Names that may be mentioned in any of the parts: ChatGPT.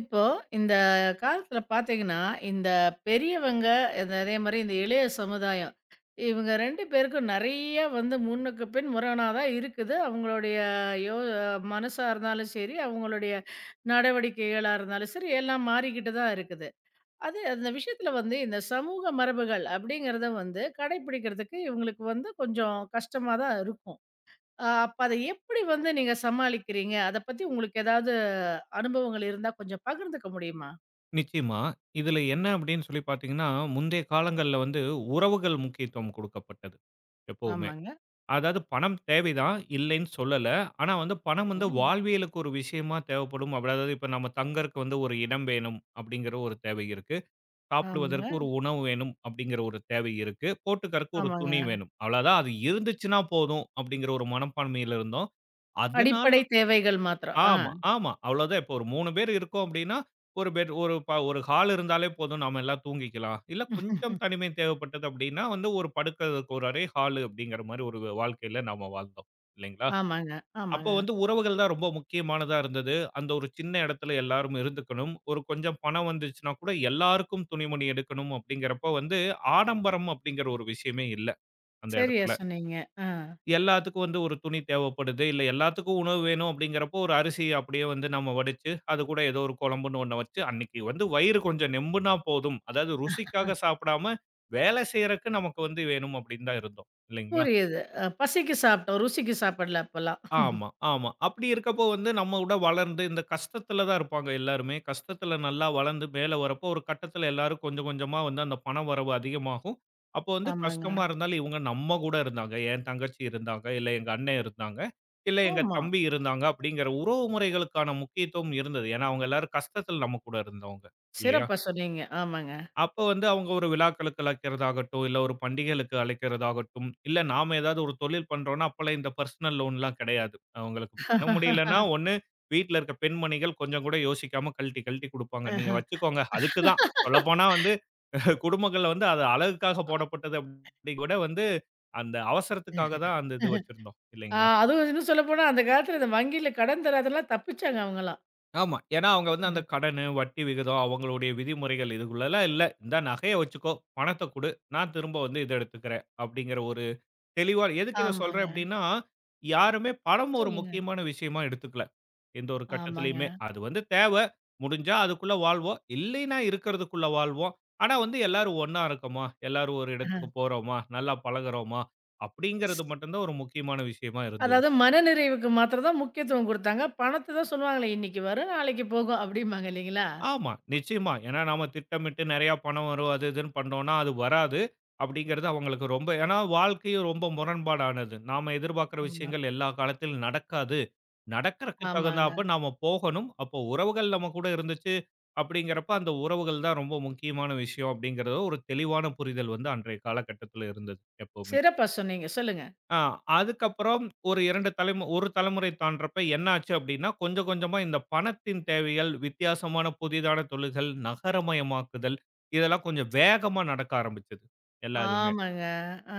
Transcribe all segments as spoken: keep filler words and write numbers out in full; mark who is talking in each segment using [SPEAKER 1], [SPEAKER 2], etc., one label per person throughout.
[SPEAKER 1] இப்போ இந்த காலத்துல பாத்தீங்கன்னா, இந்த பெரியவங்க இந்த அதே மாரி இந்த இளைய சமுதாயம், இவங்க ரெண்டு பேருக்கும் நெறைய வந்து முன்னுக்கு பின் முரணாதான் இருக்குது. அவங்களுடைய யோ மனசா இருந்தாலும் சரி, அவங்களுடைய நடவடிக்கைகளா இருந்தாலும் சரி, எல்லாம் மாறிக்கிட்டு தான் இருக்குது. அது அந்த விஷயத்துல வந்து இந்த சமூக மரபுகள் அப்படிங்கிறத வந்து கடைபிடிக்கிறதுக்கு இவங்களுக்கு வந்து கொஞ்சம் கஷ்டமா தான் இருக்கும். அ அப்ப அத எப்படி வந்து நீங்க சமாளிக்கிறீங்க? அத பத்தி உங்களுக்கு ஏதாவது அனுபவங்கள் இருந்தா கொஞ்சம் பகிர்ந்துக்க முடியுமா?
[SPEAKER 2] நிச்சயமா. இதுல என்ன அப்படின்னு சொல்லி பார்த்தீங்கன்னா, முந்தைய
[SPEAKER 1] சொல்லுங்க.
[SPEAKER 2] காலங்கள்ல வந்து உறவுகள் முக்கியத்துவம் குடுக்கப்பட்டது, எப்பவுமே.
[SPEAKER 1] ஆமாங்க.
[SPEAKER 2] அதாவது பணம் தேவைதான், இல்லைன்னு சொல்லல. ஆனா வந்து பணம் வந்து
[SPEAKER 1] சரிங்க.
[SPEAKER 2] வாழ்வியலுக்கு ஒரு விஷயமா தேவைப்படும். அப்படி அதாவது இப்ப நம்ம தங்கறக்கு வந்து ஒரு இடம் வேணும் அப்படிங்கிற ஒரு தேவை இருக்கு. சாப்பிடுவதற்கு
[SPEAKER 1] ஆமாங்க,
[SPEAKER 2] ஒரு உணவு வேணும் அப்படிங்கிற ஒரு தேவை இருக்கு. போட்டுக்கறக்கு ஒரு துணி
[SPEAKER 1] ஆமாங்க.
[SPEAKER 2] வேணும். அவ்வளவுதான். அது இருந்துச்சுன்னா போதும் அப்படிங்கிற ஒரு மனப்பான்மையில இருந்தோம். அதனால
[SPEAKER 1] அடிப்படை தேவைகள் மாத்திரம். ஆ.
[SPEAKER 2] ஆமா, ஆமா. அவ்வளோதான். இப்போ ஒரு மூன்று பேர் இருக்கோம் அப்படின்னா, ஒரு பெட் ஒரு ப ஒரு ஹால் இருந்தாலே போதும். நாம எல்லாம் தூங்கிக்கலாம். இல்ல கொஞ்சம் தனிமை தேவைப்பட்டது அப்படின்னா, வந்து ஒரு படுக்கிறதுக்கு ஒரு அறை, ஹாலு அப்படிங்கிற மாரி ஒரு வாழ்க்கையில நாம வாழ்ந்தோம். இல்லைங்களா?
[SPEAKER 1] ஆமாங்க,
[SPEAKER 2] அப்போ
[SPEAKER 1] ஆமாங்க.
[SPEAKER 2] வந்து உறவுகள் தான் ரொம்ப முக்கியமானதா இருந்தது. அந்த ஒரு சின்ன இடத்துல எல்லாரும் இருந்துக்கணும். ஒரு கொஞ்சம் பணம் வந்துச்சுன்னா கூட எல்லாருக்கும் துணிமணி எடுக்கணும் அப்படிங்கிறப்போ வந்து, ஆடம்பரம் அப்படிங்கிற ஒரு விஷயமே இல்ல அந்த
[SPEAKER 1] சரியா
[SPEAKER 2] இடத்துல.
[SPEAKER 1] சொன்னீங்க. ஆ.
[SPEAKER 2] எல்லாத்துக்கும் வந்து ஒரு துணி தேவைப்படுது. இல்ல எல்லாத்துக்கும் உணவு வேணும் அப்படிங்கிறப்போ, ஒரு அரிசி அப்படியே வந்து நம்ம வடிச்சு, அது கூட ஏதோ ஒரு குழம்புன்னு ஒண்ண வச்சு, அன்னைக்கு வந்து வயிறு கொஞ்சம் நெம்புனா போதும். அதாவது ருசிக்காக சாப்பிடாம, வேலை செய்யறக்கு நமக்கு வந்து வேணும் அப்படின்னு தான் இருந்தோம். இல்லைங்களா?
[SPEAKER 1] புரியுது. அ பசிக்கு சாப்பிட்டோம். ருசிக்கு சாப்பிடல அப்பலாம்.
[SPEAKER 2] ஆமா, ஆமா. அப்படி இருக்கப்போ வந்து நம்ம விட வளர்ந்து இந்த கஷ்டத்துல தான் இருப்பாங்க எல்லாருமே. கஷ்டத்துல நல்லா வளர்ந்து மேல வரப்போ, ஒரு கட்டத்துல எல்லாரும் கொஞ்சம் கொஞ்சமா வந்து அந்த பண வரவு அதிகமாகும். அப்போ வந்து
[SPEAKER 1] ஆமாங்க.
[SPEAKER 2] கஷ்டமா இருந்தாலும் இவங்க நம்ம கூட இருந்தாங்க. என் தங்கச்சி இருந்தாங்க, இல்ல எங்க அண்ணன் இருந்தாங்க, இல்ல எங்க
[SPEAKER 1] ஆமா.
[SPEAKER 2] தம்பி இருந்தாங்க அப்படிங்கிற உறவு முறைகளுக்கான முக்கியத்துவம் இருந்தது. ஏன்னா அவங்க எல்லாரும் கஷ்டத்துல நம்ம கூட இருந்தவங்க. இல்லையா?
[SPEAKER 1] சிறப்பா சொன்னீங்க. ஆமாங்க.
[SPEAKER 2] அப்ப வந்து அவங்க ஒரு விழாக்களுக்கு அழைக்கிறதாகட்டும், இல்ல ஒரு பண்டிகைகளுக்கு அழைக்கிறதாகட்டும், இல்ல நாம ஏதாவது ஒரு தொழில் பண்றோம்னா, அப்பல்லாம் இந்த பர்சனல் லோன்லாம் கிடையாது. அவங்களுக்கு பண்ண முடியலன்னா, ஒண்ணு வீட்ல இருக்க பெண்மணிகள் கொஞ்சம் கூட யோசிக்காம கழட்டி கழட்டி குடுப்பாங்க. நீங்க வச்சுக்கோங்க. அதுக்கு தான் சொல்லப்போனா வந்து குடும்பங்கள்ல வந்து அது அழகுக்காக போடப்பட்டது அப்படி கூட வந்து அந்த அவசரத்துக்காக தான் அந்த இது வச்சிருந்தோம்
[SPEAKER 1] ஆ
[SPEAKER 2] இல்லைங்களா?
[SPEAKER 1] அதுவும் இன்னும் சொல்லப்போனா அந்த காலத்துல இந்த வங்கியில கடன் தராதெல்லாம் தப்பிச்சாங்க அவங்கலாம்.
[SPEAKER 2] ஆமா. ஏன்னா அவங்க வந்து அந்த கடனு, வட்டி விகிதம், அவங்களுடைய விதிமுறைகள் இதுக்குள்ளலாம் இல்ல. இந்தா நகைய வச்சுக்கோ, பணத்த குடு, நான் திரும்ப வந்து இத எடுத்துக்கிறேன் அப்படிங்கிற ஒரு தெளிவா எதுக்கு இத சொல்றேன்
[SPEAKER 1] ஆமாங்க.
[SPEAKER 2] அப்படின்னா, யாருமே பணம் ஒரு
[SPEAKER 1] சொல்லுங்க.
[SPEAKER 2] முக்கியமான விஷயமா எடுத்துக்கல. எந்த ஒரு கட்டத்திலயுமே. அது வந்து தேவ. முடிஞ்சா அதுக்குள்ள வாழ்வோம். இல்லைன்னா இருக்கிறதுக்குள்ள வாழ்வோம். ஆனா வந்து எல்லாரும் ஒண்ணா இருக்கோமா? எல்லாரும் ஒரு இடத்துக்கு
[SPEAKER 1] ஆமாங்க.
[SPEAKER 2] போறோமா? நல்லா பழகுறோமா? அப்படிங்கிறது மட்டும் தான் ஒரு முக்கியமான விஷயமா இருந்தது.
[SPEAKER 1] அதாவது மனநிறைவுக்கு மாத்திரம் தான் முக்கியத்துவம் குடுத்தாங்க. பணத்த தான் சொல்லுவாங்களே, இன்னைக்கு வரும், நாளைக்கு போகும் அப்டிம்பாங்க இல்லைங்களா?
[SPEAKER 2] ஆமா, நிச்சயமா. ஏன்னா நாம திட்டமிட்டு நெறைய பணம் வரும், அது இதுன்னு பண்ணோம்னா அது வராது. அப்படிங்கிறது அவங்களுக்கு ரொம்ப ஏன்னா வாழ்க்கையும் ரொம்ப முரண்பாடானது. நாம எதிர்பார்க்கிற
[SPEAKER 1] ஆமா.
[SPEAKER 2] விஷயங்கள் எல்லா காலத்திலும் நடக்காது. நடக்கறக்கு
[SPEAKER 1] ஆமாங்க.
[SPEAKER 2] தகுந்தாப்ப நாம போகணும். அப்போ உறவுகள் நம்ம கூட இருந்துச்சு அப்படிங்கிறப்ப, அந்த உறவுகள் தான் ரொம்ப முக்கியமான விஷயம் அப்படிங்கிறத ஒரு தெளிவான புரிதல் வந்து அன்றைய காலகட்டத்தில இருந்தது எப்பவுமே.
[SPEAKER 1] சிறப்பா சொன்னீங்க. சொல்லுங்க.
[SPEAKER 2] ஆ அதுக்கப்புறம் ஒரு 2 தலைமு ஒரு தலைமுறை தாண்டுறப்ப என்ன ஆச்சு அப்படின்னா, கொஞ்சம் கொஞ்சமா இந்த பணத்தின் தேவைகள், வித்தியாசமான புதிதான தொழில்கள், நகரமயமாக்குதல் இதெல்லாம் கொஞ்சம் வேகமா நடக்க ஆரம்பிச்சது எல்லாதுமே.
[SPEAKER 1] ஆமாங்க. ஆ.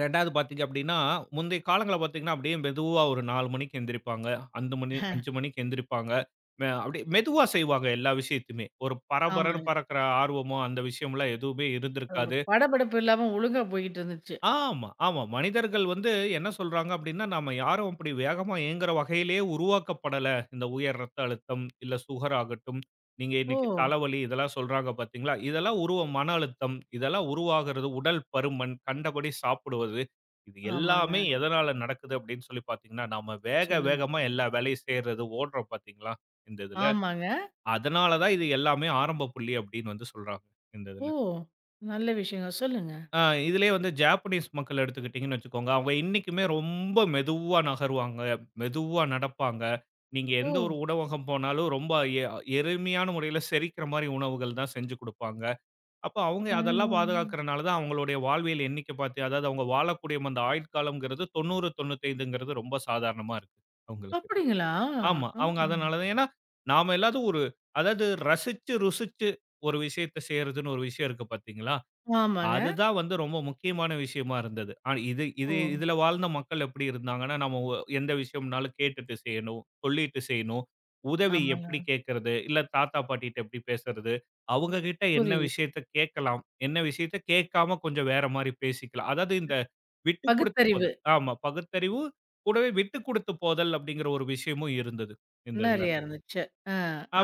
[SPEAKER 2] 2வது பார்த்தீங்க அப்படின்னா, முந்தைய காலங்கள்ல பார்த்தீங்கன்னா, அப்படியே மெதுவா ஒரு நான்கு மணிக்கு எந்திரிப்பாங்க. 5 மணி ஐந்து மணிக்கு எந்திரிப்பாங்க. மெ அப்படியே மெதுவா செய்வாங்க எல்லா விஷயத்தையுமே. ஒரு பரபரன்னு
[SPEAKER 1] ஆமாங்க.
[SPEAKER 2] பறக்கிற ஆர்வமோ, அந்த விஷயம்லாம் எதுவுமே
[SPEAKER 1] அது ஒரு
[SPEAKER 2] இருந்திருக்காது.
[SPEAKER 1] படபடப்பு இல்லாம ஒழுங்கா போயிட்டு இருந்துச்சு.
[SPEAKER 2] ஆமா, ஆமா. மனிதர்கள் வந்து என்ன சொல்றாங்க அப்டின்னா, நாம யாரும் அப்படி வேகமா ஏங்குற வகையிலேயே உருவாக்கப்படல. இந்த உயர் ரத்த அழுத்தம், இல்ல சுகர் ஆகட்டும், நீங்க
[SPEAKER 1] ஓ!
[SPEAKER 2] இன்னைக்கு தலைவலி இதெல்லாம் சொல்றாங்க பார்த்தீங்களா? இதெல்லாம் உருவ மன அழுத்தம், இதெல்லாம் உருவாகிறது உடல் பருமன், கண்டபடி சாப்பிடுவது. இது
[SPEAKER 1] ஆமாங்க.
[SPEAKER 2] எல்லாமே எதனால நடக்குது அப்படின்னு சொல்லி பார்த்தீங்கன்னா, நாம வேக
[SPEAKER 1] சொல்லுங்க.
[SPEAKER 2] வேகமா எல்லா வேலையும் செய்றது, ஓடுறோம் பார்த்தீங்களா? இந்த இதுல.
[SPEAKER 1] ஆமாங்க.
[SPEAKER 2] அதனால தான் இது எல்லாமே ஆரம்ப புள்ளி அப்படின்னு வந்து சொல்றாங்க. இந்த
[SPEAKER 1] ஓ!
[SPEAKER 2] இதுல.
[SPEAKER 1] நல்ல விஷயங்க. சொல்லுங்க.
[SPEAKER 2] ஆ இதிலேயே வந்து ஜாப்பனீஸ் மக்கள் எடுத்துக்கிட்டீங்கன்னு வச்சுக்கோங்க. அவங்க இன்னைக்குமே ரொம்ப மெதுவா நகருவாங்க. மெதுவா நடப்பாங்க. நீங்க
[SPEAKER 1] ஓ!
[SPEAKER 2] எந்த ஒரு உணவகம் போனாலும் ரொம்ப எ எளிமையான முறையில செரிக்கிற மாரி உணவுகள் தான் செஞ்சு குடுப்பாங்க. அப்ப அவங்க அதெல்லாம்
[SPEAKER 1] ஆமாங்க.
[SPEAKER 2] பாதுகாக்கிறனால தான் அவங்களுடைய வாழ்வியல் எண்ணிக்கை பாத்து அதாவது அவங்க வாழக்கூடிய அந்த ஆயுட்காலம்ங்கிறது தொண்ணூறு, 95ங்கிறது ரொம்ப சாதாரணமா இருக்கு அவங்களுக்கு.
[SPEAKER 1] அப்டிங்களா?
[SPEAKER 2] ஆமா. அவங்க
[SPEAKER 1] ஆ.
[SPEAKER 2] அதனால தான் ஏன்னா, நாம எல்லாரும் ஒரு அதாவது ரசிச்சு, ருசிச்சு ஒரு விஷயத்த செய்றதுன்னு ஒரு விஷயம் இருக்கு பாத்தீங்களா?
[SPEAKER 1] ஆமாங்க.
[SPEAKER 2] அதுதான் வந்து ரொம்ப முக்கியமான விஷயமா இருந்தது. ஆனா இது
[SPEAKER 1] ஓ!
[SPEAKER 2] இது இதுல வாழ்ந்த மக்கள் எப்படி இருந்தாங்கன்னா, நம்ம ஒ எந்த விஷயம்னாலும் கேட்டுட்டு செய்யணும், சொல்லிட்டு செய்யணும். உதவி
[SPEAKER 1] ஆமாங்க.
[SPEAKER 2] எப்படி கேட்கறது? இல்ல தாத்தா, பாட்டிட்ட எப்படி பேசுறது? அவங்க கிட்ட என்ன
[SPEAKER 1] புரியுது.
[SPEAKER 2] விஷயத்த கேட்கலாம்? என்ன விஷயத்த கேட்காம கொஞ்சம் வேற மாரி பேசிக்கலாம். அதாவது இந்த விட்டு குடுத்து
[SPEAKER 1] பகுத்தறிவு
[SPEAKER 2] போதல். ஆமா. பகுத்தறிவு கூடவே விட்டு குடுத்து போதல் அப்படிங்கிற ஒரு விஷயமும் இருந்தது, இந்த இதுல.
[SPEAKER 1] நெறையா இருந்துச்சு.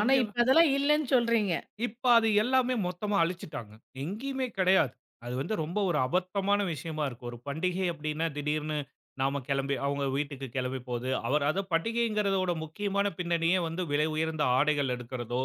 [SPEAKER 1] ஆனா இப்ப அதெல்லாம் இல்லன்னு சொல்றீங்க.
[SPEAKER 2] இப்ப அது எல்லாமே மொத்தமா அழிச்சுட்டாங்க. எங்கேயுமே கிடையாது. அது வந்து ரொம்ப ஒரு அபத்தமான விஷயமா இருக்கு. ஒரு பண்டிகை அப்படின்னா திடீர்னு நாம கிளம்பி அவங்க வீட்டுக்கு கிளம்பி போது, அவர் அத பண்டிகைங்கிறதோட முக்கியமான பின்னணியே வந்து விலை உயர்ந்த ஆடைகள் எடுக்கிறதோ,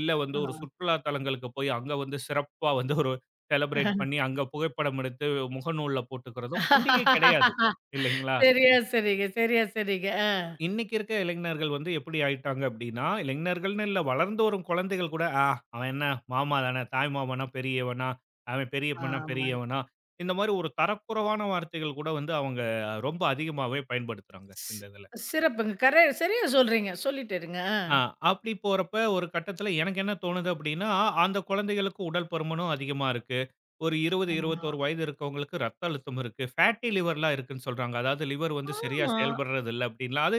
[SPEAKER 2] இல்ல வந்து ஒரு சுற்றுலா தலங்களுக்கு போய் அங்க வந்து சிறப்பா வந்து ஒரு செலப்ரேட்
[SPEAKER 1] ஆ.
[SPEAKER 2] பண்ணி அங்க புகைப்படம் எடுத்து முகநூல்ல போட்டுக்கிறதோ பண்டிகை கிடையாது. இல்லைங்களா?
[SPEAKER 1] சரியா சரிங்க, சரியா சரிங்க. ஆ.
[SPEAKER 2] இன்னைக்கு இருக்க இளைஞர்கள் வந்து எப்படி ஆயிட்டாங்க அப்படின்னா, இளைஞர்கள்ன்னு இல்ல வளர்ந்து வரும் குழந்தைகள் கூட, "ஆ அவன் என்ன மாமா தானே, தாய் மாமன்னா பெரியவனா, அவன் பெரியப்பன்னா
[SPEAKER 1] ஆமாங்க.
[SPEAKER 2] பெரியவனா." இந்த மாரி ஒரு தரக்குறைவான வார்த்தைகள் கூட வந்து அவங்க ரொம்ப அதிகமாவே பயன்படுத்துறாங்க
[SPEAKER 1] சி
[SPEAKER 2] இந்த இதுல.
[SPEAKER 1] சிறப்புங்க. கர சரியா சொல்றீங்க. சொல்லிட்டு இருங்க. ஆ.
[SPEAKER 2] ஆ அப்படி போறப்ப ஒரு கட்டத்தில எனக்கு என்ன தோணுது அப்படின்னா, அந்த குழந்தைகளுக்கு உடல் பருமனும் அதிகமா இருக்கு. ஒரு இருபது,
[SPEAKER 1] ஆமா.
[SPEAKER 2] இருபத்தி ஒன்று வயது இருக்கவங்களுக்கு ரத்த அழுத்தம் இருக்கு. ஃபேட்டி லிவர்லாம் இருக்குன்னு சொல்றாங்க. அதாவது லிவர் வந்து சரியா
[SPEAKER 1] ஆமா.
[SPEAKER 2] செயல்படுறது இல்ல அப்படின்லாம். அது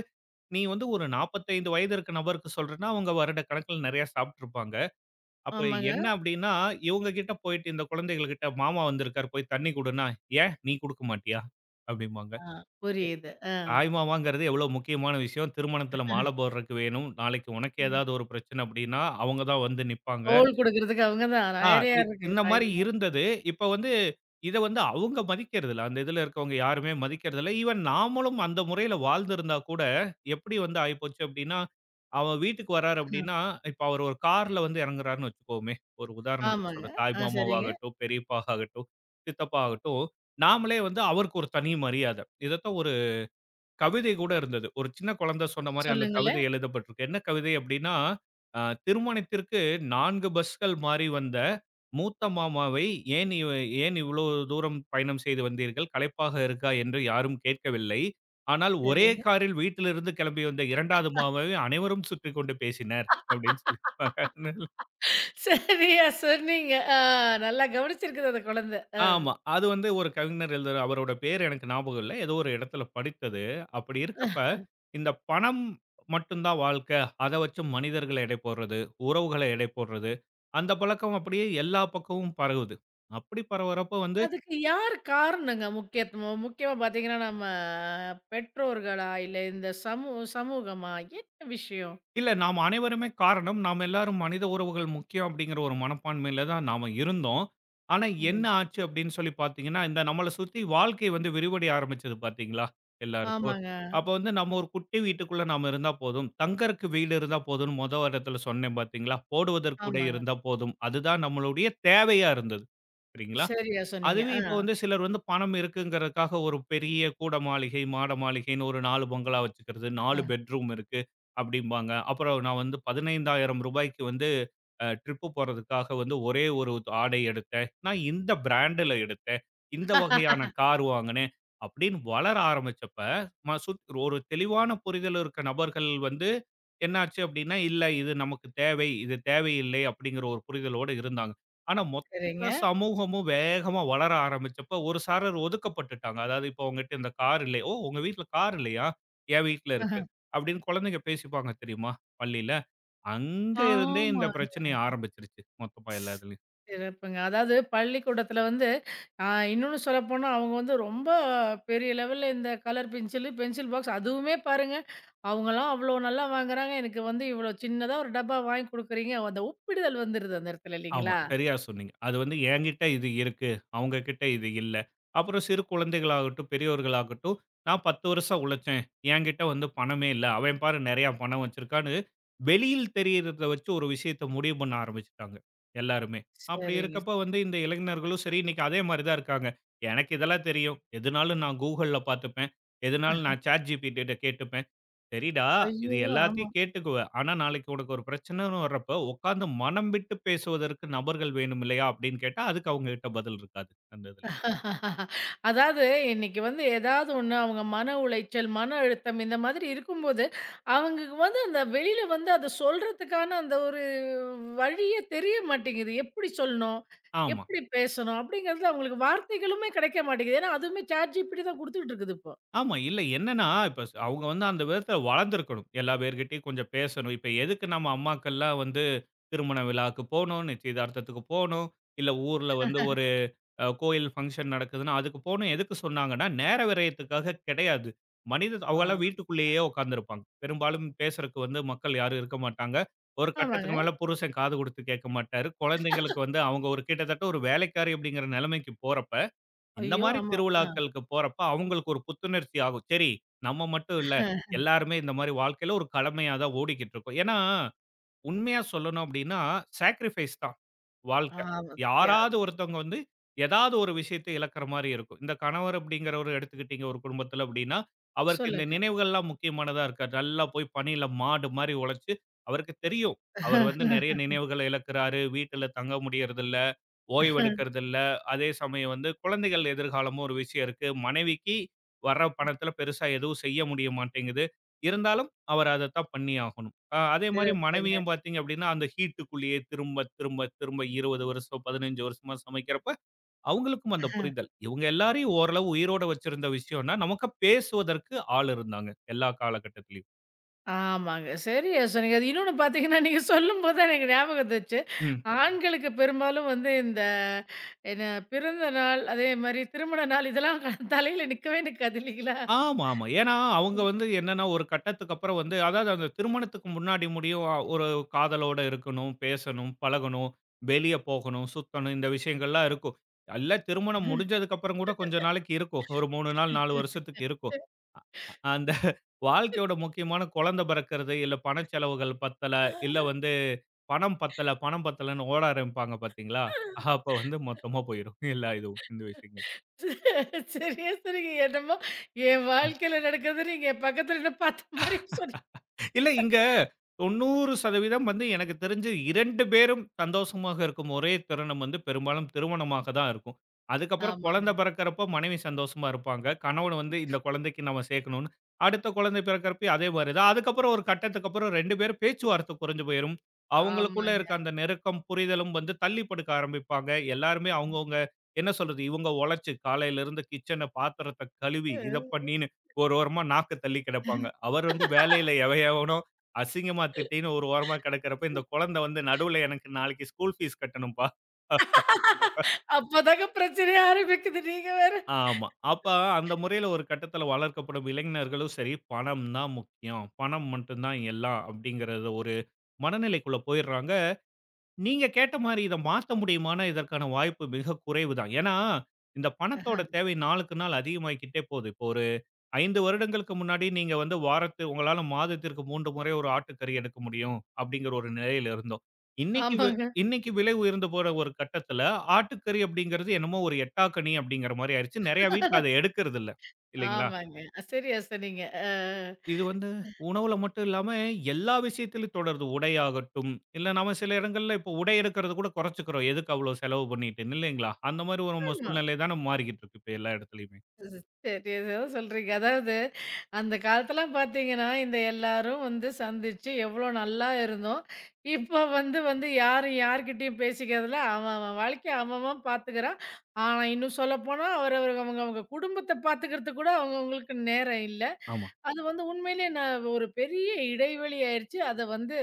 [SPEAKER 2] நீ வந்து ஒரு நாற்பத்தி ஐந்து வயது இருக்க நபருக்கு சொல்றேன்னா, அவங்க வருட கணக்கில நிறைய சாப்பிட்டுருப்பாங்க. அப்ப
[SPEAKER 1] ஆமாங்க.
[SPEAKER 2] என்ன அப்படின்னா, இவங்க கிட்ட போயிட்டு இந்த குழந்தைகள் கிட்ட மாமா வந்திருக்காரு போய் தண்ணி குடுன்னா, "ஏன் நீ குடுக்க மாட்டியா?" அப்படிம்பாங்க.
[SPEAKER 1] ஆ புரியுது. ஆ.
[SPEAKER 2] தாய்மாமாங்கிறது எவ்வளோ முக்கியமான விஷயம். திருமணத்தில மாலை போடுறக்கு வேணும். நாளைக்கு உனக்கு ஏதாவது ஒரு பிரச்சனை அப்டின்னா, அவங்க தான் வந்து நிப்பாங்க.
[SPEAKER 1] தோள் குடுக்குறதுக்கு அவங்க தான்.
[SPEAKER 2] ஆ
[SPEAKER 1] வேறயா
[SPEAKER 2] இ
[SPEAKER 1] இருக்கு
[SPEAKER 2] இந்த மாரி
[SPEAKER 1] தாய்மொழி.
[SPEAKER 2] இருந்தது. இப்ப வந்து இத வந்து அவங்க மதிக்கிறதில்ல. அந்த இதில இருக்கவங்க யாருமே மதிக்கிறதில்ல. ஈவன் நாமளும் அந்த முறையில வாழ்ந்திருந்தா கூட, எப்படி வந்து ஆயிப்போச்சு அப்டின்னா, அவன் வீட்டுக்கு வர்றாரு அப்டின்னா, இப்ப அவர் ஒரு கார்ல வந்து இறங்குறாருன்னு வச்சுக்குவோமே, ஒரு உதாரணத்துக்கு
[SPEAKER 1] ஆமாங்க.
[SPEAKER 2] சொல்றேன். தாய்
[SPEAKER 1] ஆ சரிங்க.
[SPEAKER 2] மாமாவாகட்டும், பெரியப்பா ஆகட்டும், சித்தப்பா ஆகட்டும், நாமளே வந்து அவருக்கு ஒரு தனி மரியாதை. இதத்தான் கவிதை கூட இருந்தது. ஒரு சின்ன குழந்தை சொன்ன மாரி அந்த கவிதை
[SPEAKER 1] சொல்லுங்களேன்.
[SPEAKER 2] எழுதப்பட்டிருக்கு. என்ன கவிதை அப்டின்னா, அ திருமணத்திற்கு நான்கு பஸ்கள் மாறி வந்த மூத்த மாமாவை, "ஏன் இவ் ஏன் இவ்வளோ தூரம் பயணம் செய்து வந்தீர்கள்? களைப்பாக இருக்கா?" என்று யாரும் கேட்கவில்லை. ஆனால் ஒரே
[SPEAKER 1] சரிங்க.
[SPEAKER 2] காரில் வீட்டிலிருந்து கிளம்பி வந்த 2வது மாமாவை அனைவரும் சுற்றிக் கொண்டு பேசினர். அப்டின்னு சொல்லியிருப்பாங்க.
[SPEAKER 1] சரியா சொன்னீங்க. ஆ நல்லா கவனிச்சிருக்குது அந்த குழந்தை. ஆ.
[SPEAKER 2] ஆமா. அது வந்து ஒரு கவிஞர் எழுதுற அவரோட பேர் எனக்கு ஞாபகம் இல்ல. ஏதோ ஒரு இடத்துல படித்தது. அப்படி இருக்கப்ப, இந்த பணம் மட்டும் தான் வாழ்க்கை. அத வச்சு மனிதர்கள எடை போடுறது, உறவுகள எடை போடுறது, அந்த பழக்கம் அப்படியே எல்லா பக்கமும் பரவுது. அப்படி பரவுறப்ப வந்து
[SPEAKER 1] அதுக்கு யார் காரணங்க முக்கியத்துவம்? முக்கியமா பார்த்தீங்கன்னா, நம்ம பெற்றோர்களா? இல்ல இந்த சமூ சமூகமா? என்ன விஷயம்?
[SPEAKER 2] இல்ல. நாம் அனைவருமே காரணம். நாம் எல்லாரும் மனித உறவுகள் முக்கியம் அப்படிங்கிற ஒரு மனப்பான்மையில தான் நாம இருந்தோம். ஆனா என்ன
[SPEAKER 1] ம்.
[SPEAKER 2] ஆச்சு அப்படின்னு சொல்லி பார்த்தீங்கன்னா, இந்த நம்மள சுத்தி வாழ்க்கை வந்து விரிவடைய ஆரம்பிச்சது பார்த்தீங்களா, எல்லாருக்கும்.
[SPEAKER 1] ஆமாங்க,
[SPEAKER 2] அப்போ வந்து நம்ம ஒரு குட்டி வீட்டுக்குள்ள நாம இருந்தா போதும். தங்கறக்கு வீடு இருந்தா போதும்னு மொத இடத்துல சொன்னேன் பார்த்தீங்களா, போடுவதற்கு உடை
[SPEAKER 1] ஆமாங்க.
[SPEAKER 2] இருந்தா போதும். அதுதான் நம்மளுடைய தேவையா இருந்தது. சரிங்களா?
[SPEAKER 1] சரியா சொன்னீங்க.
[SPEAKER 2] அதுவே
[SPEAKER 1] ஆ.
[SPEAKER 2] இப்போ வந்து சிலர் வந்து பணம் இருக்குங்கிறதுக்காக ஒரு பெரிய கூட மாளிகை, மாட மாளிகைன்னு ஒரு நான்கு பங்களா வச்சுக்கிறது, நான்கு பெட்ரூம் இருக்கு அப்படிம்பாங்க. அப்புறம் நான் வந்து ரூ. பதினைந்தாயிரம் வந்து அ ட்ரிப்பு போறதுக்காக வந்து ஒரே ஒரு ஆடை எடுத்தேன். நான் இந்த பிராண்டுல எடுத்தேன். இந்த வகையான கார் வாங்கினேன். அப்படின்னு வளர ஆரம்பிச்சப்ப, ம சுத் ஒரு தெளிவான புரிதல் இருக்க நபர்கள் வந்து என்னாச்சு அப்படின்னா, இல்ல இது நமக்கு தேவை, இது தேவையில்லை அப்படிங்கிற ஒரு புரிதலோட இருந்தாங்க. ஆனா மொத்த
[SPEAKER 1] சரிங்க.
[SPEAKER 2] சமூகமும் வேகமா வளர ஆரம்பிச்சப்ப ஒரு சாரர் ஒதுக்கப்பட்டுட்டாங்க. அதாவது இப்போ உங்ககிட்ட இந்த கார் இல்லை. ஓ! உங்க வீட்ல கார் இல்லையா? என் வீட்ல
[SPEAKER 1] ஆஹ.
[SPEAKER 2] இருக்கு. அப்படின்னு குழந்தைங்க பேசிப்பாங்க தெரியுமா? பள்ளியில. அங்க இருந்தே இந்த
[SPEAKER 1] ஆமா.
[SPEAKER 2] பிரச்சனை ஆரம்பிச்சிருச்சு மொத்தமா
[SPEAKER 1] ஸ்
[SPEAKER 2] எல்லாத்துலயும்.
[SPEAKER 1] சிறப்புங்க. அதாவது பள்ளிக்கூடத்துல வந்து அ இன்னொன்னு சொல்லப்போனா, அவங்க வந்து ரொம்ப பெரிய லெவல்ல இந்த கலர் பென்சிலு, பென்சில் பாக்ஸ் அதுவுமே பாருங்க, அவங்கலாம் அவ்வளோ நல்லா வாங்குறாங்க. எனக்கு வந்து இவ்வளோ சின்னதா ஒரு டப்பா வாங்கி குடுக்குறீங்க. அந்த ஒப்பிடுதல் வந்துருது அந்த இடத்துல
[SPEAKER 2] ஆமா,
[SPEAKER 1] இல்லைங்களா?
[SPEAKER 2] சரியா சொன்னீங்க. அது வந்து என்கிட்ட இது இருக்கு, அவங்க கிட்ட இது இல்ல. அப்புறம் சிறு குழந்தைகளாகட்டும், பெரியவர்களாகட்டும், நான் பத்து வருஷம் உழைச்சேன். என்கிட்ட வந்து பணமே இல்ல. அவன் பாரு நெறைய பணம் வச்சிருக்கான்னு, வெளியில் தெரியறத வச்சு ஒரு விஷயத்த முடிவு பண்ண ஆரம்பிச்சுட்டாங்க, எல்லாருமே. அப்படி
[SPEAKER 1] சரிங்க,
[SPEAKER 2] இருக்கப்ப
[SPEAKER 1] சரி.
[SPEAKER 2] வந்து இந்த இளைஞர்களும் சரி, இன்னைக்கு அதே மாரி தான் இருக்காங்க. எனக்கு இதெல்லாம் தெரியும். எதுனாலும் நான் Googleல பாத்துப்பேன். எதுனாலும் நான் ChatGPT கிட்ட கேட்டுப்பேன். சரிடா, இது
[SPEAKER 1] ஐயோ! ஆமா.
[SPEAKER 2] எல்லாத்தையும் கேட்டுக்குவ. ஆனா, நாளைக்கு உனக்கு ஒரு பிரச்சனைன்னு வர்றப்ப, உட்கார்ந்து மனம் விட்டு பேசுவதற்கு நபர்கள் வேணும் இல்லையா? அப்படின்னு கேட்டா, அதுக்கு அவங்ககிட்ட பதில் இருக்காது. அந்த இதுல.
[SPEAKER 1] அதாவது இன்னைக்கு வந்து ஏதாவது ஒண்ணு அவங்க மன உளைச்சல், மன அழுத்தம் இந்த மாதிரி இருக்கும்போது, அவங்களுக்கு வந்து அந்த வெளியில வந்து அத சொல்றதுக்கான அந்த ஒரு வழியே தெரிய மாட்டேங்குது. எப்படி சொல்லணும்?
[SPEAKER 2] ஆமா.
[SPEAKER 1] எப்படி பேசணும்? அப்படிங்கிறது அவங்களுக்கு வார்த்தைகளுமே கிடைக்க மாட்டேங்குது. ஏன்னா அதுவுமே ChatGPT தான் குடுத்துட்டு இருக்குது இப்போ.
[SPEAKER 2] ஆமா. இல்ல என்னன்னா, இப்ப ஸ் அவங்க வந்து அந்த விதத்துல வளர்ந்திருக்கணும். எல்லா பேர்கிட்டயும் கொஞ்சம் பேசணும். இப்ப எதுக்கு நம்ம அம்மாக்கள்லாம் வந்து திருமண விழாவுக்கு போணும், நிச்சயதார்த்தத்துக்கு போணும், இல்ல ஊர்ல வந்து ஒரு அ கோயில் ஃபங்ஷன் நடக்குதுன்னா, அதுக்கு போணும் எதுக்கு சொன்னாங்கன்னா, நேர விரயத்துக்காக கிடையாது. மனித அவங்கலாம்
[SPEAKER 1] ஆ.
[SPEAKER 2] வீட்டுக்குள்ளேயே உட்கார்ந்திருப்பாங்க. பெரும்பாலும் பேசுறக்கு வந்து மக்கள் யாரும் இருக்க மாட்டாங்க. ஒரு
[SPEAKER 1] ஆமாங்க.
[SPEAKER 2] கட்டத்துக்கு மேல புருஷன் காது குடுத்து கேட்க மாட்டாரு. குழந்தைங்களுக்கு வந்து அவங்க ஒரு கிட்டத்தட்ட ஒரு வேலைக்காரி அப்படிங்கிற நிலைமைக்கு போறப்ப, இந்த
[SPEAKER 1] ஐயோ!
[SPEAKER 2] மாரி
[SPEAKER 1] ஆமா. ஆ,
[SPEAKER 2] திருவிழாக்களுக்கு போறப்ப அவங்களுக்கு ஒரு புத்துணர்ச்சி ஆகும். சரி, நம்ம மட்டும் இல்ல. எல்லாருமே இந்த மாரி வாழ்க்கையில ஒரு கடமையா தான் ஓடிக்கிட்டு இருக்கோம். ஏன்னா, உண்மையா சொல்லணும் அப்படின்னா, சாக்ரிஃபைஸ் தான்.
[SPEAKER 1] ஆ.
[SPEAKER 2] வாழ்க்க.
[SPEAKER 1] தியா
[SPEAKER 2] யாராவது ஒருத்தவங்க வந்து, ஏதாவது ஒரு விஷயத்த இழக்கிற மாரி இருக்கும். இந்த கணவர் அப்படிங்கிறவரு எடுத்துக்கிட்டீங்க ஒரு குடும்பத்தில அப்படின்னா, அவருக்கு இந்த
[SPEAKER 1] சொல்லுங்க.
[SPEAKER 2] நினைவுகள்லாம் முக்கியமானதா இருக்காது. நல்லா போய் பணியில மாடு மாரி உழைச்சு, அவருக்கு தெரியும். அவர் வந்து நெறைய நினைவுகள இழக்கிறாரு. வீட்டில தங்க முடியறதில்ல. ஓய்வெடுக்கிறது இல்ல. அதே சமயம் வந்து குழந்தைகள் எதிர்காலமும் ஒரு விஷயம் இருக்கு. மனைவிக்கு வர்ற பணத்தில பெருசா எதுவும் செய்ய முடிய மாட்டேங்குது. இருந்தாலும் அவர் அதத்தான் பண்ணி ஆகணும். அ அதே மாரி
[SPEAKER 1] சிறப்புங்க.
[SPEAKER 2] மனைவியும் பார்த்தீங்க அப்டின்னா, அந்த ஹீட்டுக்குள்ளேயே திரும்ப, திரும்ப, திரும்ப இருபது வருஷம், பதினைந்து வருஷமா சமைக்கிறப்ப, அவங்களுக்கும் அந்த புரிதல். இவங்க எல்லாரையும் ஓரளவு உயிரோட வச்சிருந்த விஷயம்னா, நமக்கு பேசுவதற்கு ஆள் இருந்தாங்க. எல்லா காலகட்டத்திலயும்.
[SPEAKER 1] ஆமாங்க. சரியா சொன்னீங்க. அது இன்னொன்னு பார்த்தீங்கன்னா, நீங்க சொல்லும்போது தான் எனக்கு ஞாபகம் வந்துச்சு.
[SPEAKER 2] ம்.
[SPEAKER 1] ஆண்களுக்கு பெரும்பாலும் வந்து இந்த என்ன பிறந்த நாள், அதே மாரி திருமண நாள் இதெல்லாம் க தலையில நிக்கவே நிக்காது இல்லைங்களா?
[SPEAKER 2] ஆமா, ஆமா. ஏன்னா, அவங்க வந்து என்னன்னா, ஒரு கட்டத்துக்கு அப்புறம் வந்து அதாவது அந்த திருமணத்துக்கு முன்னாடி முடியும். அ- ஒரு காதலோட இருக்கணும், பேசணும், பழகணும், வெளிய போகணும், சுத்தணும் இந்த விஷயங்கள்லாம் இருக்கும். எல்லாம் திருமணம் முடிஞ்சதுக்கு அப்புறம் கூட கொஞ்ச நாளைக்கு இருக்கும். ஒரு மூன்று நாள், நான்கு வருஷத்துக்கு இருக்கும். அந்த வாழ்க்கையோட முக்கியமான குழந்தை பிறக்கிறது, இல்ல பணச் செலவுகள் பத்தல, இல்ல வந்து பணம் பத்தல, பணம் பத்தலன்னு ஓட ஆரம்பிப்பாங்க பார்த்தீங்களா? அப்ப வந்து மொத்தமா போயிரும். எல்லா இதுவும் இந்த விஷயங்கள்.
[SPEAKER 1] சரியா சொன்னீங்க. என்னமோ என் வாழ்க்கையில நடக்கிறது நீங்க என் பக்கத்துல நின்னு பார்த்த மாரி சொன்னீங்க.
[SPEAKER 2] இல்ல இங்க தொண்ணூறு சதவீதம் வந்து எனக்கு தெரிஞ்சு இரண்டு பேரும் சந்தோஷமாக இருக்கும் ஒரே தருணம் வந்து பெரும்பாலும் திருமணமாக தான் இருக்கும். அதுக்கப்புறம் குழந்தை
[SPEAKER 1] ஆமாங்க,
[SPEAKER 2] பிறக்கிறப்போ மனைவி சந்தோஷமா இருப்பாங்க. கணவன் வந்து இந்த குழந்தைக்கு நம்ம சேர்க்கணும்னு. அடுத்த குழந்தை பிறக்கிறப்பயும் அதே மாரி தான். அதுக்கப்புறம் ஒரு கட்டத்துக்கு அப்புறம் இரண்டு பேரும் பேச்சுவார்த்தை குறைஞ்சு போயிரும். அவங்களுக்குள்ள
[SPEAKER 1] ஆமாங்க.
[SPEAKER 2] இருக்க அந்த நெருக்கம், புரிதலும் வந்து தள்ளி படுக்க ஆரம்பிப்பாங்க. எல்லாருமே அவங்கவங்க என்ன சொல்றது? இவங்க உழைச்சு காலையிலிருந்து கிச்சன பாத்திரத்த கழுவி இத
[SPEAKER 1] அஹ்
[SPEAKER 2] பண்ணின்னு ஒரு ஓரமா நாக்க தள்ளி கிடப்பாங்க. அவர் வந்து வேலையில எவன் எவனோ அசிங்கமா திட்டின்னு ஒரு ஓரமா கிடக்கிறப்ப, இந்த குழந்தை வந்து நடுவுல எனக்கு நாளைக்கு ஸ்கூல் ஃபீஸ் கட்டணும்ப்பா. அப்படின்னு சொல்றப்ப
[SPEAKER 1] அப்பதாங்க பிரச்சனையே ஆரம்பிக்குது. நீங்க வேற.
[SPEAKER 2] ஆமா. அப்ப அந்த முறையில ஒரு கட்டத்தில வளர்க்கப்படும் இளைஞர்களும் சரி, பணம் தான் முக்கியம். பணம் மட்டும் தான் எல்லாம் அப்படிங்கிறது ஒரு மனநிலைக்குள்ள போயிடுறாங்க. நீங்க கேட்ட மாரி இத மாத்த முடியுமானா, இதற்கான வாய்ப்பு மிக குறைவு தான். ஏன்னா, இந்த பணத்தோட தேவை நாளுக்கு நாள் அதிகமாகிக்கிட்டே போகுது. இப்போ ஐந்து வருடங்களுக்கு முன்னாடி நீங்க வந்து வாரத்து உங்களால மாதத்திற்கு மூன்று முறை ஒரு ஆட்டுக்கறி எடுக்க முடியும் அப்படிங்கிற ஒரு நிலையில இருந்தோம். இன்னைக்கு வி
[SPEAKER 1] ஆமாங்க,
[SPEAKER 2] இன்னைக்கு விலை உயர்ந்து போற ஒரு கட்டத்துல ஆட்டுக்கறி அப்படிங்கிறது என்னமோ ஒரு எட்டாக்கனி அப்படிங்கிற மாரி ஆயிருச்சு. நெறைய வீட்ல அத எடுக்கிறது இல்ல. இல்லைங்களா?
[SPEAKER 1] ஆமாங்க. சரியா சொன்னீங்க. அ.
[SPEAKER 2] இது வந்து உணவுல மட்டும் இல்லாம எல்லா விஷயத்திலும் தொடருது. உடையாகட்டும், இல்ல நாம சில இடங்கள்ல இப்போ உடை எடுக்கிறது கூட குறைச்சுக்கிறோம். எதுக்கு அவ்வளோ செலவு பண்ணிட்டுன்னு இல்லைங்களா? அந்த மாரி ஒரு நம்ம
[SPEAKER 1] ஆமா.
[SPEAKER 2] சூழ்நிலை தான மாறிக்கிட்டு இருக்கு இப்ப எல்லா இடத்துலயுமே.
[SPEAKER 1] சரி. ஏதோ சொல்றீங்க. அதாவது அந்த காலத்துலாம் பார்த்தீங்கன்னா, இந்த எல்லாரும் வந்து சந்திச்சு எவ்வளோ நல்லா இருந்தோம். இப்போ வந்து வந்து யாரும் யார்கிட்டயும் பேசிக்கிறதில்ல. அவன் அவன் வாழ்க்கைய அவன் அவன் பார்த்துக்கிறான். ஆனா, இன்னும் சொல்லப்போனா அவரவர் அவங்க அவங்க குடும்பத்த பார்த்துக்கிறதுக்கு கூட அவங்கவங்களுக்கு நேரம் இல்ல.
[SPEAKER 2] ஆமா.
[SPEAKER 1] அது வந்து உண்மையிலே நான் ஒரு பெரிய இடைவெளி ஆயிருச்சு. அத வந்து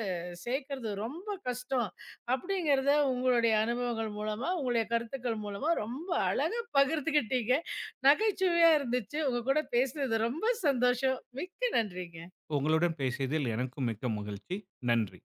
[SPEAKER 1] சேர்க்கறது ரொம்ப கஷ்டம். அப்படிங்கிறத உங்களுடைய அனுபவங்கள் மூலமா, உங்களுடைய கருத்துக்கள் மூலமா ரொம்ப அழகா பகிர்ந்துக்கிட்டீங்க. நகைச்சுவையா இருந்துச்சு. உங்க கூட பேசுனது ரொம்ப சந்தோஷம். மிக்க நன்றிங்க.
[SPEAKER 2] உங்களுடன் பேசியதில் எனக்கும் மிக்க மகிழ்ச்சி. நன்றி.